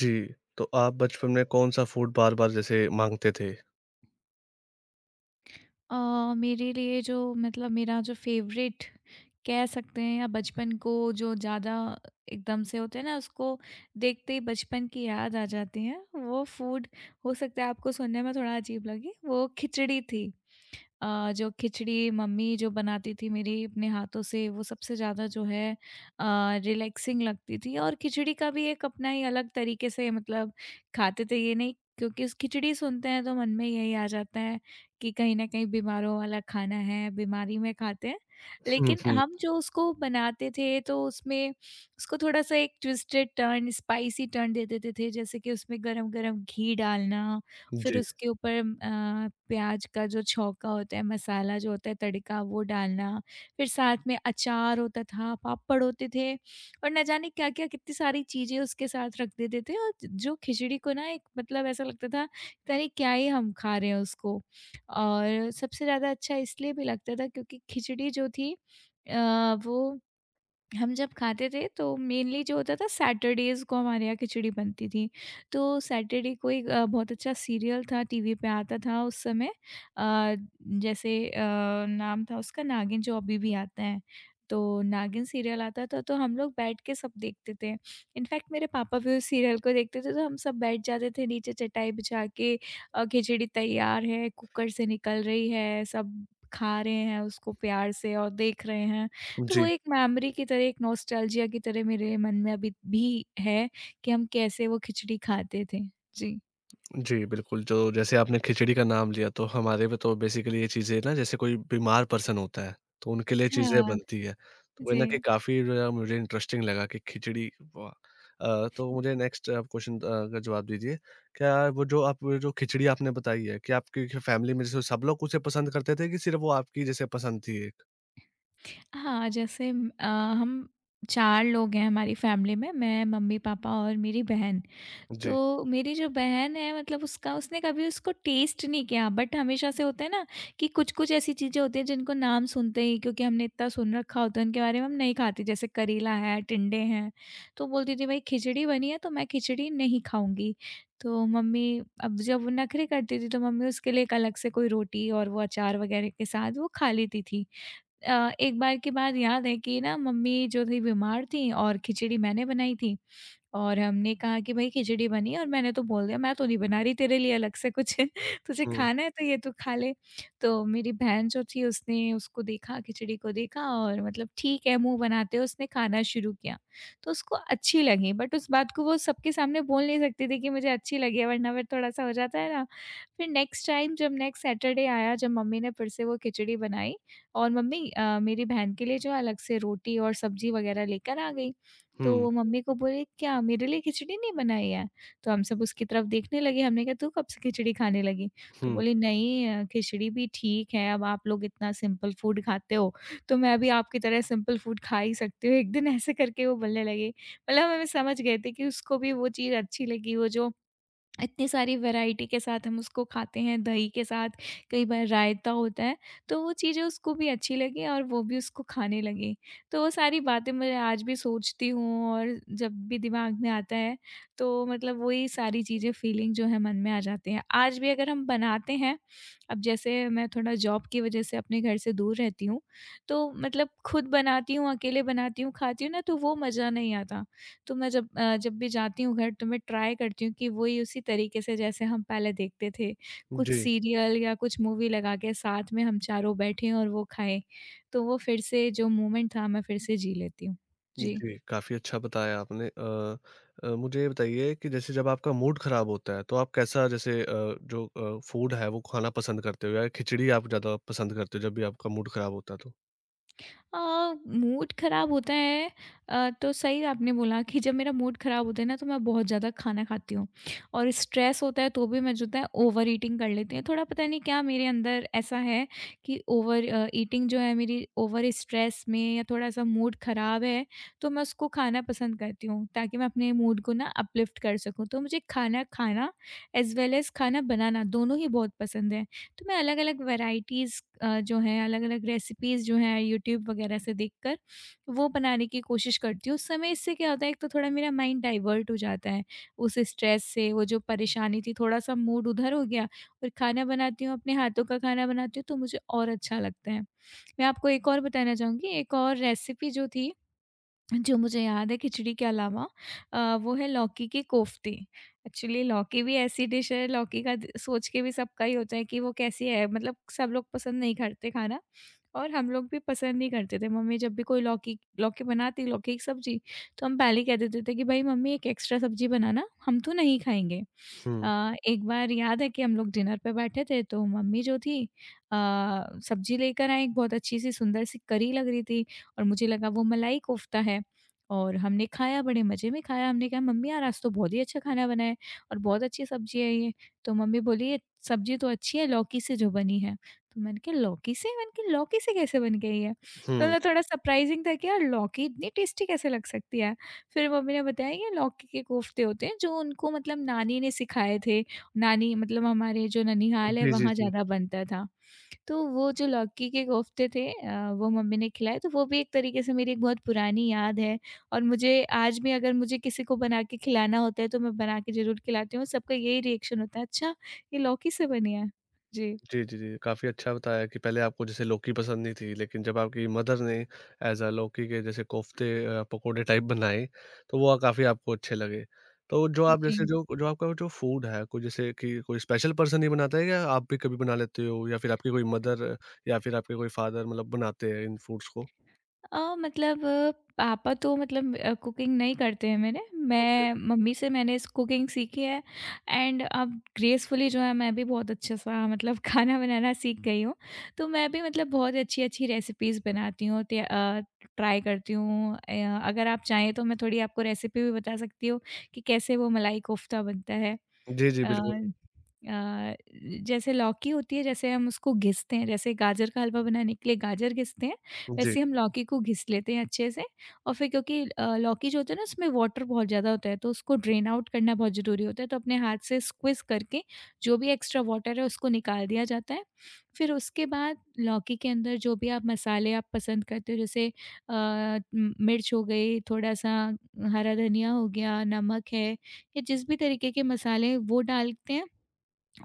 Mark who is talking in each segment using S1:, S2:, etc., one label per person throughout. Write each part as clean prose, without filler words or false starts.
S1: जी, तो आप बचपन में कौन-सा फूड बार-बार जैसे माँगते थे?
S2: मेरे लिए जो मतलब मेरा जो फेवरेट कह सकते हैं, या बचपन को जो ज़्यादा एकदम से होते हैं ना, उसको देखते ही बचपन की याद आ जाती है वो फूड। हो सकता है आपको सुनने में थोड़ा अजीब लगे, वो खिचड़ी थी। जो खिचड़ी मम्मी जो बनाती थी मेरी अपने हाथों से, वो सबसे ज़्यादा जो है रिलैक्सिंग लगती थी। और खिचड़ी का भी एक अपना ही अलग तरीके से मतलब खाते थे, ये नहीं क्योंकि उस खिचड़ी सुनते हैं तो मन में यही आ जाता है कि कहीं न कहीं बीमारों वाला खाना है, बीमारी में खाते हैं।
S1: हुँ,
S2: लेकिन
S1: हुँ।
S2: हम जो उसको बनाते थे तो उसमें उसको थोड़ा-सा एक ट्विस्टेड टर्न, स्पाइसी टर्न दे देते थे, जैसे कि उसमें गरम-गरम घी डालना, फिर
S1: जी,
S2: उसके ऊपर प्याज का जो छौंका होता है, मसाला जो होता है, तड़का वो डालना, फिर साथ में अचार होता था, पापड़ होते थे और ना जाने क्या-क्या कितनी सारी चीज़ें उसके साथ रख देते थे, और जो खिचड़ी को ना एक मतलब ऐसा लगता था, पता नहीं क्या ही हम खा रहे हैं उसको। और सबसे ज़्यादा अच्छा इसलिए भी लगता था क्योंकि खिचड़ी जो थी अ, वो हम जब खाते थे तो मेनली जो होता था, सैटरडेज़ को हमारे यहाँ खिचड़ी बनती थी। तो सैटरडे को एक बहुत अच्छा सीरियल था, टीवी पे आता था उस समय। अ, जैसे अ, नाम था उसका नागिन, जो अभी भी आता है। तो नागिन सीरियल आता था, तो हम लोग बैठ के सब देखते थे। इनफैक्ट मेरे पापा भी उस सीरियल को देखते थे, तो हम सब बैठ जाते थे नीचे चटाई बिछा के। खिचड़ी तैयार है, कुकर से निकल रही है, सब खा रहे हैं उसको प्यार से और देख रहे हैं। तो वो
S1: जी,
S2: एक मेमोरी की तरह, एक नॉस्टैल्जिया की तरह मेरे मन में अभी भी है कि हम कैसे वो खिचड़ी खाते थे। जी।
S1: जी, बिल्कुल, जो जैसे आपने खिचड़ी का नाम लिया, तो हमारे में तो बेसिकली ये चीज़ें ना जैसे कोई बीमार पर्सन होता है, तो उनके लिए चीज़ें
S2: हाँ,
S1: बनती है। तो कहीं न कहीं
S2: जी।
S1: काफ़ी जो है मुझे इंटरेस्टिंग लगा कि खिचड़ी वाह! तो मुझे नेक्स्ट आप क्वेश्चन का जवाब दीजिए, क्या वो जो आप वो जो खिचड़ी आपने बताई है, क्या आपकी फैमिली में जैसे सब लोग उसे पसंद करते थे कि सिर्फ़ वो आपकी जैसे पसंद थी एक?
S2: हाँ, जैसे हम 4 लोग हैं हमारी फैमिली में, मैं, मम्मी-पापा और मेरी बहन।
S1: जी।
S2: तो मेरी जो बहन है, मतलब उसका उसने कभी उसको टेस्ट नहीं किया, बट हमेशा से होता है ना कि कुछ-कुछ ऐसी चीज़ें होती हैं जिनको नाम सुनते ही, क्योंकि हमने इतना सुन रखा होता है उनके बारे में, हम नहीं खाते, जैसे करेला है, टिंडे हैं। तो बोलती थी, भाई खिचड़ी बनी है तो मैं खिचड़ी नहीं खाऊँगी। तो मम्मी, अब जब वो नखरे करती थी, तो मम्मी उसके लिए एक अलग से कोई रोटी और वो अचार वगैरह के साथ वो खा लेती थी। एक बार की बात याद है कि ना मम्मी जो थी बीमार थी, और खिचड़ी मैंने बनाई थी, और हमने कहा कि भाई खिचड़ी बनी है, और मैंने तो बोल दिया मैं तो नहीं बना रही तेरे लिए अलग से कुछ। तुझे
S1: हुँ,
S2: खाना है तो ये तू खा ले। तो मेरी बहन जो थी उसने उसको देखा, खिचड़ी को देखा, और मतलब ठीक है, मुंह बनाते हुए उसने खाना शुरू किया। तो उसको अच्छी लगी, बट उस बात को वो सबके सामने बोल नहीं सकती थी कि मुझे अच्छी लगी है, वरना फिर थोड़ा सा हो जाता है ना। फिर नेक्स्ट टाइम जब नेक्स्ट सैटरडे आया, जब मम्मी ने फिर से वो खिचड़ी बनाई, और मम्मी मेरी बहन के लिए जो है अलग से रोटी और सब्ज़ी वग़ैरह लेकर आ गई।
S1: हुँ,
S2: तो मम्मी को बोले, "क्या मेरे लिए खिचड़ी नहीं बनाई है?" तो हम सब उसकी तरफ देखने लगे, हमने कहा, "तू कब से खिचड़ी खाने लगी?" तो
S1: हुँ।
S2: बोली, "नहीं, खिचड़ी भी ठीक है, अब आप लोग इतना सिंपल फूड खाते हो, तो मैं भी आपकी तरह सिंपल फूड खा ही सकती हूँ एक दिन।" ऐसे करके वो बोलने लगी। मतलब हमें समझ गए थे कि उसको भी वो चीज़ अच्छी लगी, वो जो इतनी सारी वैरायटी के साथ हम उसको खाते हैं, दही के साथ कई बार रायता होता है, तो वो चीज़ें उसको भी अच्छी लगी और वो भी उसको खाने लगी। तो वो सारी बातें मैं आज भी सोचती हूँ, और जब भी दिमाग में आता है, तो मतलब वही सारी चीज़ें, फ़ीलिंग जो है मन में आ जाती हैं। आज भी अगर हम बनाते हैं, अब जैसे मैं थोड़ा जॉब की वज़ह से अपने घर से दूर रहती हूँ, तो मतलब खुद बनाती हूँ, अकेले बनाती हूँ, खाती हूँ ना तो वो मज़ा नहीं आता। तो मैं जब भी जाती हूँ घर तो मैं ट्राई करती हूँ कि वही उसी तरीके से, जैसे हम पहले देखते थे, कुछ
S1: जी।
S2: सीरियल या कुछ मूवी लगा के साथ में हम चारों बैठें और वो खाएँ। तो वो फिर से जो मोमेंट था, मैं फिर से जी लेती हूँ। जी।
S1: जी, काफ़ी अच्छा बताया आपने। मुझे ये बताइए कि जैसे जब आपका मूड ख़राब होता है, तो आप कैसा जैसे जो फूड है, वो खाना पसंद करते हो या खिचड़ी आप ज़्यादा पसंद करते हो जब भी आपका मूड ख़राब होता है तो?
S2: अ, मूड खराब होता है। तो सही आपने बोला कि जब मेरा मूड खराब होता है ना, तो मैं बहुत ज़्यादा खाना खाती हूँ, और स्ट्रेस होता है तो भी मैं जो होता है ओवर ईटिंग कर लेती हूँ थोड़ा। पता नहीं क्या मेरे अंदर ऐसा है कि ओवर ईटिंग जो है मेरी ओवर स्ट्रेस में या थोड़ा सा मूड खराब है, तो मैं उसको खाना पसंद करती हूँ, ताकि मैं अपने मूड को ना अपलिफ्ट कर सकूँ। तो मुझे खाना खाना एज वेल एज खाना बनाना, दोनों ही बहुत पसंद है। तो मैं अलग-अलग वैराइटीज़ जो हैं, अलग-अलग रेसिपीज़ जो हैं, यूट्यूब वगैरह से देखकर, वो बनाने की कोशिश करती हूँ। उस समय इससे क्या होता है, एक तो थोड़ा मेरा माइंड डाइवर्ट हो जाता है उस स्ट्रेस से, वो जो परेशानी थी, थोड़ा-सा मूड उधर हो गया, और खाना बनाती हूँ, अपने हाथों का खाना बनाती हूँ, तो मुझे और अच्छा लगता है। मैं आपको एक और बताना चाहूँगी, एक और रेसिपी जो थी, जो मुझे याद है खिचड़ी के अलावा, वो है लौकी की कोफ्ती। एक्चुअली लौकी भी ऐसी डिश है, लौकी का द सोच के भी सबका ही होता है कि वो कैसी है, मतलब सब लोग पसंद नहीं करते खाना, और हम लोग भी पसंद नहीं करते थे। मम्मी जब भी कोई लौकी लौकी बनाती, लौकी की सब्ज़ी, तो हम पहले ही कह देते थे कि भई मम्मी एक एक्स्ट्रा सब्ज़ी बनाना, हम तो नहीं खाएँगे।
S1: हुँ,
S2: एक बार याद है कि हम लोग डिनर पे बैठे थे, तो मम्मी जो थी अ, सब्ज़ी लेकर आईं, एक बहुत अच्छी-सी सुंदर-सी करी लग रही थी, और मुझे लगा वो मलाई कोफ्ता है। और हमने खाया, बड़े मज़े में खाया। हमने कहा, "मम्मी यार, आज तो बहुत ही अच्छा खाना बना है और बहुत अच्छी सब्ज़ी है ये।" तो मम्मी बोली, "ये सब्ज़ी तो अच्छी है, लौकी से जो बनी है।" तो मैंने कहा, "लौकी से?" मैंने कहा, "लौकी से कैसे बन गई है?" तो
S1: हुँ।
S2: मतलब थोड़ा सरप्राइज़िंग था कि यार लौकी इतनी टेस्टी कैसे लग सकती है। फिर मम्मी ने बताया, "ये लौकी के कोफ्ते होते हैं, जो उनको मतलब नानी ने सिखाए थे। नानी मतलब हमारे जो ननिहाल है,
S1: जी, जी,
S2: वहाँ
S1: जी।
S2: ज़्यादा बनता था।" तो वो जो लौकी के कोफ़्ते थे वो मम्मी ने खिलाए, तो वो भी एक तरीके से मेरी एक बहुत पुरानी याद है, और मुझे आज भी अगर मुझे किसी को बना के खिलाना होता है, तो मैं बना के ज़रूर खिलाती हूँ। सबका यही रिएक्शन होता है, "अच्छा, ये लौकी से बनी है?"
S1: जी, जी, जी। काफ़ी अच्छा बताया कि पहले आपको जैसे लौकी पसंद नहीं थी, लेकिन जब आपकी मदर ने एज़ अ लौकी के जैसे कोफ्ते पकोड़े टाइप बनाए, तो वो काफ़ी आपको अच्छे लगे। तो जो आप जैसे
S2: जी।
S1: जो जो आपका जो फूड है, कोई जैसे कि कोई स्पेशल पर्सन ही बनाता है या आप भी कभी बना लेते हो या फिर आपकी कोई मदर या फिर आपके कोई फादर मतलब बनाते हैं इन फूड्स को?
S2: मतलब, पापा तो मतलब कुकिंग नहीं करते हैं मेरे।
S1: ओके।
S2: मैं मम्मी से, मैंने इस कुकिंग सीखी है, एंड अब ग्रेसफुली जो है, मैं भी बहुत अच्छा-सा मतलब खाना बनाना सीख गई हूँ। तो मैं भी मतलब बहुत अच्छी-अच्छी रेसिपीज़ बनाती हूँ, ट्राई करती हूँ। अगर आप चाहें तो मैं थोड़ी आपको रेसिपी भी बता सकती हूँ कि कैसे वो मलाई कोफ्ता बनता है।
S1: जी, जी,
S2: अ
S1: बिल्कुल।
S2: अ, जैसे लौकी होती है, जैसे हम उसको घिसते हैं, जैसे गाजर का हलवा बनाने के लिए गाजर घिसते हैं,
S1: जी,
S2: वैसे हम लौकी को घिस लेते हैं अच्छे से, और फिर क्योंकि लौकी जो होता है ना उसमें वाटर बहुत ज़्यादा होता है, तो उसको ड्रेन आउट करना बहुत ज़रूरी होता है, तो अपने हाथ से स्क्विज करके जो भी एक्स्ट्रा वाटर है उसको निकाल दिया जाता है। फिर उसके बाद लौकी के अंदर जो भी आप मसाले आप पसंद करते हो, जैसे मिर्च हो गई थोड़ा सा, हरा धनिया हो गया, नमक है, या जिस भी तरीके के मसाले हैं, वो डालते हैं,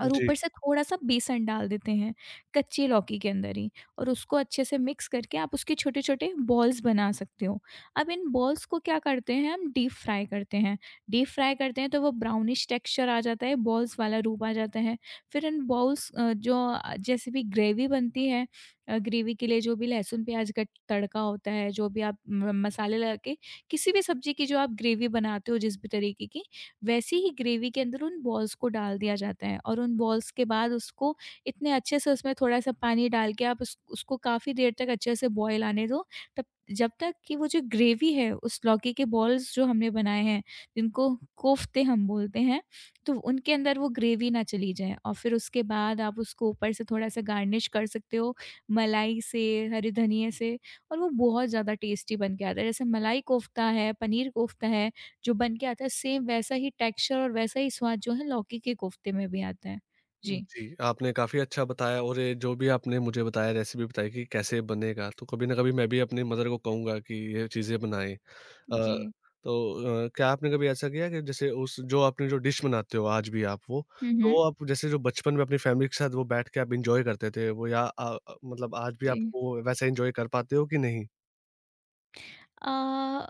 S2: और
S1: जी।
S2: ऊपर से थोड़ा-सा बेसन डाल देते हैं, कच्ची लौकी के अंदर ही। और उसको अच्छे से मिक्स करके आप उसके छोटे-छोटे बॉल्स बना सकते हो। अब इन बॉल्स को क्या करते हैं, हम डीप फ्राई करते हैं। डीप फ्राई करते हैं तो वो ब्राउनिश टेक्सचर आ जाता है, बॉल्स वाला रूप आ जाता है। फिर इन बॉल्स जैसे भी ग्रेवी बनती है, ग्रेवी के लिए जो भी लहसुन, प्याज का तड़का होता है, जो भी आप म मसाले लगा के किसी भी सब्ज़ी की जो आप ग्रेवी बनाते हो जिस भी तरीके की, वैसे ही ग्रेवी के अंदर उन बॉल्स को डाल दिया जाता है, और उन बॉल्स के बाद उसको इतने अच्छे से उसमें थोड़ा-सा पानी डाल के आप उस उसको काफ़ी देर तक अच्छे से बॉयल आने दो, तब जब तक कि वो जो ग्रेवी है उस लौकी के बॉल्स जो हमने बनाए हैं, जिनको कोफ्ते हम बोलते हैं, तो उनके अंदर वो ग्रेवी ना चली जाए। और फिर उसके बाद आप उसको ऊपर से थोड़ा-सा गार्निश कर सकते हो, मलाई से, हरे धनिये से। और वो बहुत ज़्यादा टेस्टी बन के आता है। जैसे मलाई कोफ्ता है, पनीर कोफ्ता है, जो बन के आता है सेम वैसा ही टेक्सचर और वैसा ही स्वाद जो है लौकी के कोफ्ते में भी आता है। जी।
S1: जी, आपने काफ़ी अच्छा बताया और ये जो भी आपने मुझे बताया रेसिपी बताई कि कैसे बनेगा, तो कभी न कभी मैं भी अपनी मदर को कहूँगा कि ये चीज़ें बनाएँ। अ,
S2: जी।
S1: तो क्या आपने कभी ऐसा किया कि जैसे उस जो आपने जो डिश बनाते हो आज भी आप वो,
S2: हुँ,
S1: तो
S2: हुँ।
S1: वो आप जैसे जो बचपन में अपनी फैमिली के साथ वो बैठ के आप एन्जॉय करते थे वो या मतलब आज भी
S2: जी।
S1: आप वो वैसा एन्जॉय कर पाते हो कि नहीं?
S2: अ,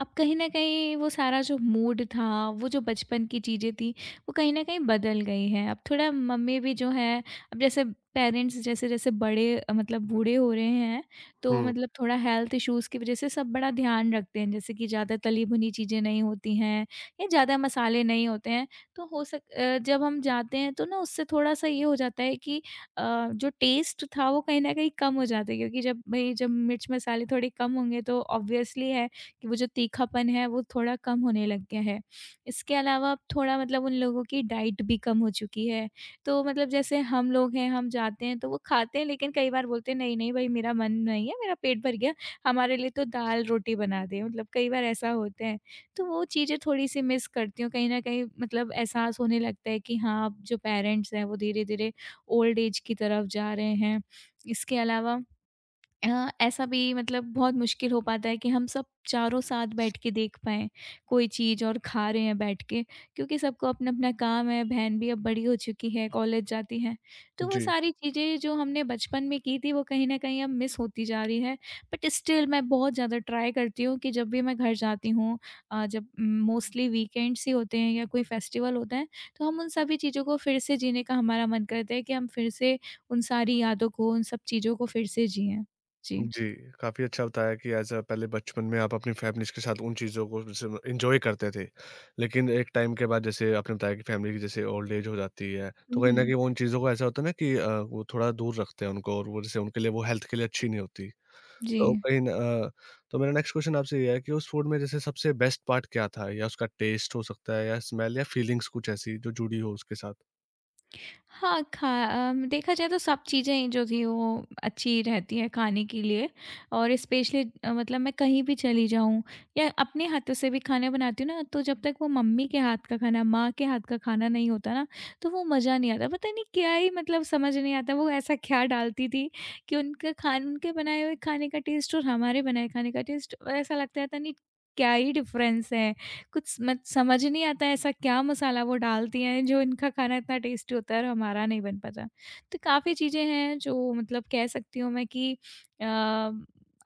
S2: अब कहीं न कहीं वो सारा जो मूड था, वो जो बचपन की चीज़ें थी, वो कहीं न कहीं बदल गई हैं। अब थोड़ा मम्मी भी जो है, अब जैसे पेरेंट्स जैसे-जैसे बड़े मतलब बूढ़े हो रहे हैं, तो
S1: हुँ,
S2: मतलब थोड़ा हेल्थ इश्यूज़ की वजह से सब बड़ा ध्यान रखते हैं। जैसे कि ज़्यादा तली-भुनी चीज़ें नहीं होती हैं या ज़्यादा मसाले नहीं होते हैं। तो जब हम जाते हैं तो ना उससे थोड़ा-सा ये हो जाता है कि जो टेस्ट था वो कहीं न कहीं कम हो जाता है, क्योंकि जब मिर्च मसाले थोड़े कम होंगे तो ऑब्वियसली है कि वो जो तीखापन है वो थोड़ा कम होने लग गया है। इसके अलावा अब थोड़ा मतलब उन लोगों की डाइट भी कम हो चुकी है। तो मतलब जैसे हम लोग हैं, हम जाते हैं तो वो खाते हैं, लेकिन कई बार बोलते हैं नहीं, नहीं भई मेरा मन नहीं है, मेरा पेट भर गया, हमारे लिए तो दाल-रोटी बना दें, मतलब कई बार ऐसा होता है। तो वो चीज़ें थोड़ी-सी मिस करती हूँ, कहीं न कहीं मतलब एहसास होने लगता है कि हाँ, अब जो पेरेंट्स हैं वो धीरे-धीरे ओल्ड एज की तरफ जा रहे हैं। इसके अलावा हाँ, ऐसा भी मतलब बहुत मुश्किल हो पाता है कि हम सब चारों साथ बैठ के देख पाएँ कोई चीज़ और खा रहे हैं बैठ के, क्योंकि सबको अपना-अपना काम है, बहन भी अब बड़ी हो चुकी है, कॉलेज जाती है। तो वो
S1: जी।
S2: सारी चीज़ें जो हमने बचपन में की थी वो कहीं न कहीं अब मिस होती जा रही है। बट स्टिल मैं बहुत ज़्यादा ट्राई करती हूँ कि जब भी मैं घर जाती हूँ जब मोस्टली वीकेंड्स ही होते हैं या कोई फेस्टिवल होता है, तो हम उन सभी चीज़ों को फिर से जीने का हमारा मन करता है कि हम फिर से उन सारी यादों को, उन सब चीज़ों को फिर से जिएँ। जी।
S1: जी, काफ़ी अच्छा बताया कि एज़ अ पहले बचपन में आप अपनी फैमिलीज़ के साथ उन चीज़ों को जैसे म एन्जॉय करते थे। लेकिन एक टाइम के बाद जैसे आपने बताया कि फैमिली की जैसे ओल्ड एज हो जाती है,
S2: हुँ,
S1: तो कहीं न
S2: हुँ।
S1: कहीं वो उन चीज़ों को ऐसा होता है ना कि वो थोड़ा दूर रखते हैं उनको और वो जैसे उनके लिए वो हेल्थ के लिए अच्छी नहीं होती।
S2: जी।
S1: तो कहीं न अ, तो मेरा नेक्स्ट क्वेश्चन आपसे ये है कि उस फूड में जैसे सबसे बेस्ट पार्ट क्या था? या उसका टेस्ट हो सकता है या स्मेल या फीलिंग्स कुछ ऐसी जो जुड़ी हो उसके साथ?
S2: हाँ, देखा जाए तो सब चीज़ें जो थी वो अच्छी रहती हैं खाने के लिए। और स्पेशली मतलब मैं कहीं भी चली जाऊँ या अपने हाथों से भी खाना बनाती हूँ ना, तो जब तक वो मम्मी के हाथ का खाना, माँ के हाथ का खाना नहीं होता ना, तो वो मज़ा नहीं आता। पता नहीं क्या ही मतलब समझ नहीं आता वो ऐसा क्या डालती थी कि उनका खान उनके बनाए हुए खाने का टेस्ट और हमारे बनाए खाने का टेस्ट ऐसा लगता है, था नहीं क्या ही डिफ़रेंस है। कुछ मत समझ ही नहीं आता है ऐसा क्या मसाला वो डालती हैं जो इनका खाना इतना टेस्टी होता है और हमारा नहीं बन पाता। तो काफ़ी चीज़ें हैं जो मतलब कह सकती हूँ मैं कि अ,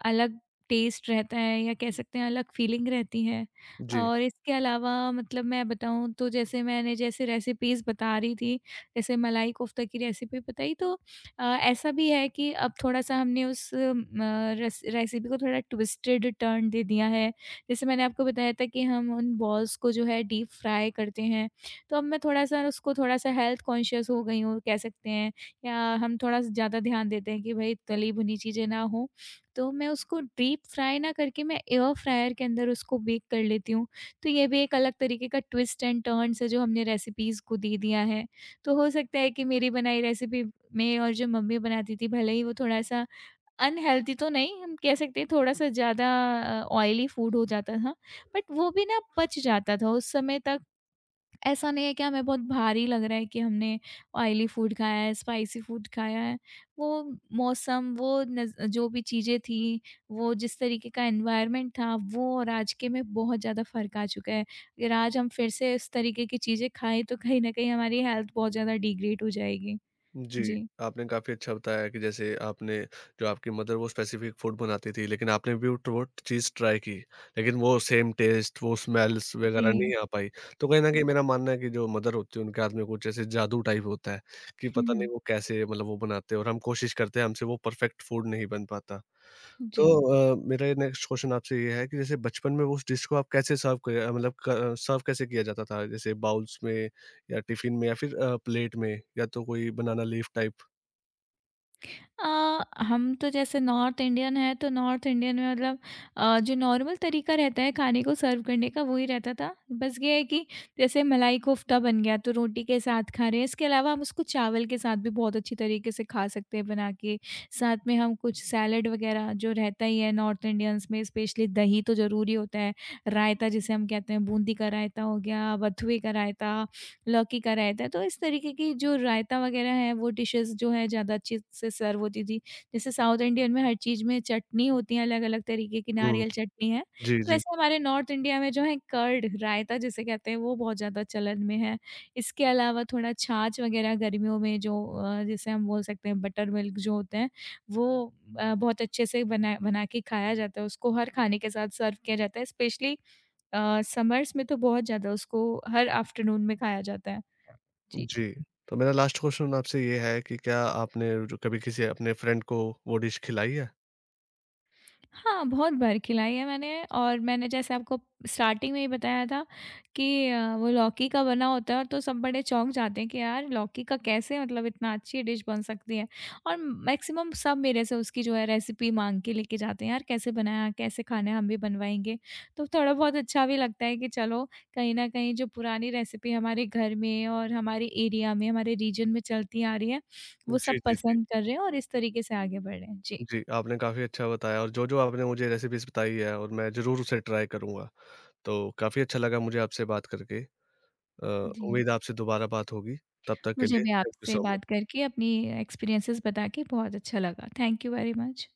S2: अलग टेस्ट रहता है या कह सकते हैं अलग फीलिंग रहती है।
S1: जी।
S2: और इसके अलावा मतलब मैं बताऊँ तो जैसे मैंने जैसे रेसिपीज़ बता रही थी, जैसे मलाई कोफ्ता की रेसिपी बताई तो ऐसा भी है कि अब थोड़ा-सा हमने उस म रेसिपी को थोड़ा ट्विस्टेड टर्न दे दिया है। जैसे मैंने आपको बताया था कि हम उन बॉल्स को जो है डीप फ्राई करते हैं, तो अब मैं थोड़ा-सा उसको थोड़ा-सा हेल्थ कॉन्शियस हो गई हूँ कह सकते हैं, या हम थोड़ा ज़्यादा ध्यान देते हैं कि भई तली-भुनी चीज़ें ना हों। तो मैं उसको डीप फ्राई ना करके मैं एयर फ्रायर के अंदर उसको बेक कर लेती हूँ। तो ये भी एक अलग तरीके का ट्विस्ट एंड टर्न्स है जो हमने रेसिपीज़ को दे दिया है। तो हो सकता है कि मेरी बनाई रेसिपी में और जो मम्मी बनाती थी, भले ही वो थोड़ा-सा अनहेल्दी तो नहीं, हम कह सकते हैं थोड़ा-सा ज़्यादा ऑयली फूड हो जाता था, बट वो भी ना पच जाता था उस समय तक। ऐसा नहीं है कि हमें बहुत भारी लग रहा है कि हमने ऑयली फूड खाया है, स्पाइसी फूड खाया है। वो मौसम, वो नज़ जो भी चीज़ें थी, वो जिस तरीके का एनवायरनमेंट था, वो और आज के में बहुत ज़्यादा फ़र्क आ चुका है। अगर आज हम फिर से इस तरीके की चीज़ें खाएँ, तो कहीं न कहीं हमारी हेल्थ बहुत ज़्यादा डिग्रेड हो जाएगी।
S1: जी,
S2: जी।
S1: आपने काफ़ी अच्छा बताया कि जैसे आपने जो आपकी मदर वो स्पेसिफिक फ़ूड बनाती थी, लेकिन आपने भी उट वो चीज़ ट्राई की, लेकिन वो सेम टेस्ट, वो स्मेल्स
S2: जी।
S1: वगैरह नहीं आ पाई। तो कहीं न
S2: हुँ,
S1: कहीं मेरा मानना है कि जो मदर होती है, उनके हाथ में कुछ ऐसे जादू टाइप होता है कि पता
S2: हुँ,
S1: नहीं वो कैसे मतलब वो बनाते हैं और हम कोशिश करते हैं, हमसे वो परफेक्ट फ़ूड नहीं बन पाता। तो
S2: जी।
S1: मेरा ये नेक्स्ट क्वेश्चन आपसे ये है कि जैसे बचपन में वो उस डिश को आप कैसे सर्व किया मतलब क सर्व कैसे किया जाता था? जैसे बाउल्स में या टिफ़िन में या फिर प्लेट में या तो कोई बनाना लीफ टाइप?
S2: हम तो जैसे नॉर्थ इंडियन है तो नॉर्थ इंडियन में मतलब जो नॉर्मल तरीका रहता है खाने को सर्व करने का वही रहता था। बस ये है कि जैसे मलाई कोफ्ता बन गया तो रोटी के साथ खा रहे हैं। इसके अलावा हम उसको चावल के साथ भी बहुत अच्छी तरीके से खा सकते हैं बना के। साथ में हम कुछ सैलड वगैरह जो रहता ही है, नॉर्थ इंडियंस में स्पेशली दही तो ज़रूरी होता है। रायता जिसे हम कहते हैं, बूंदी का रायता हो गया, बथुए का रायता, लौकी का रायता, तो इस तरीके की जो रायता वगैरह है वो डिशेस जो है ज़्यादा अच्छे से सर्व होती थी। जैसे साउथ इंडियन में हर चीज़ में चटनी होती है अलग-अलग तरीके की,
S1: हुँ।
S2: नारियल चटनी है।
S1: जी,
S2: तो
S1: जी।
S2: वैसे हमारे नॉर्थ इंडिया में जो है कर्ड रायता जिसे कहते हैं वो बहुत ज़्यादा चलन में है। इसके अलावा थोड़ा छाछ वगैरह गर्मियों में जो जिसे हम बोल सकते हैं बटर मिल्क जो होते हैं वो बहुत अच्छे से बना बना के खाया जाता है। उसको हर खाने के साथ सर्व किया जाता है, स्पेशली समर्स में तो बहुत ज़्यादा उसको हर आफ्टरनून में खाया जाता है। जी।
S1: जी। तो मेरा लास्ट क्वेश्चन आपसे ये है कि क्या आपने जो कभी किसी अपने फ्रेंड को वो डिश खिलाई है?
S2: हाँ, बहुत बार खिलाई है मैंने। और मैंने जैसे आपको स्टार्टिंग में ही बताया था कि वो लौकी का बना होता है, और तो सब बड़े चौंक जाते हैं कि यार लौकी का कैसे मतलब इतना अच्छी डिश बन सकती है। और मैक्सिमम सब मेरे से उसकी जो है रेसिपी माँग के लेके जाते हैं, यार कैसे बनाया, कैसे खाना है, हम भी बनवाएँगे। तो थोड़ा बहुत अच्छा भी लगता है कि चलो, कहीं न कहीं जो पुरानी रेसिपी हमारे घर में और हमारे एरिया में, हमारे रीजन में चलती आ रही है, वो सब
S1: जी, जी, जी।
S2: पसंद कर रहे हैं और इस तरीके से आगे बढ़ रहे हैं। जी।
S1: जी, आपने काफ़ी अच्छा बताया और जो-जो आपने मुझे रेसिपीज़ बताई है और मैं ज़रूर उसे ट्राई करूँगा। तो काफ़ी अच्छा लगा मुझे आपसे बात करके। अ,
S2: जी।
S1: उम्मीद है आपसे दोबारा बात होगी। तब तक के
S2: मुझे
S1: लिए
S2: भी
S1: थैंक यू
S2: आपसे
S1: सो मच।
S2: बात करके अपनी एक्सपीरियंसेस बता के बहुत अच्छा लगा। Thank you very much.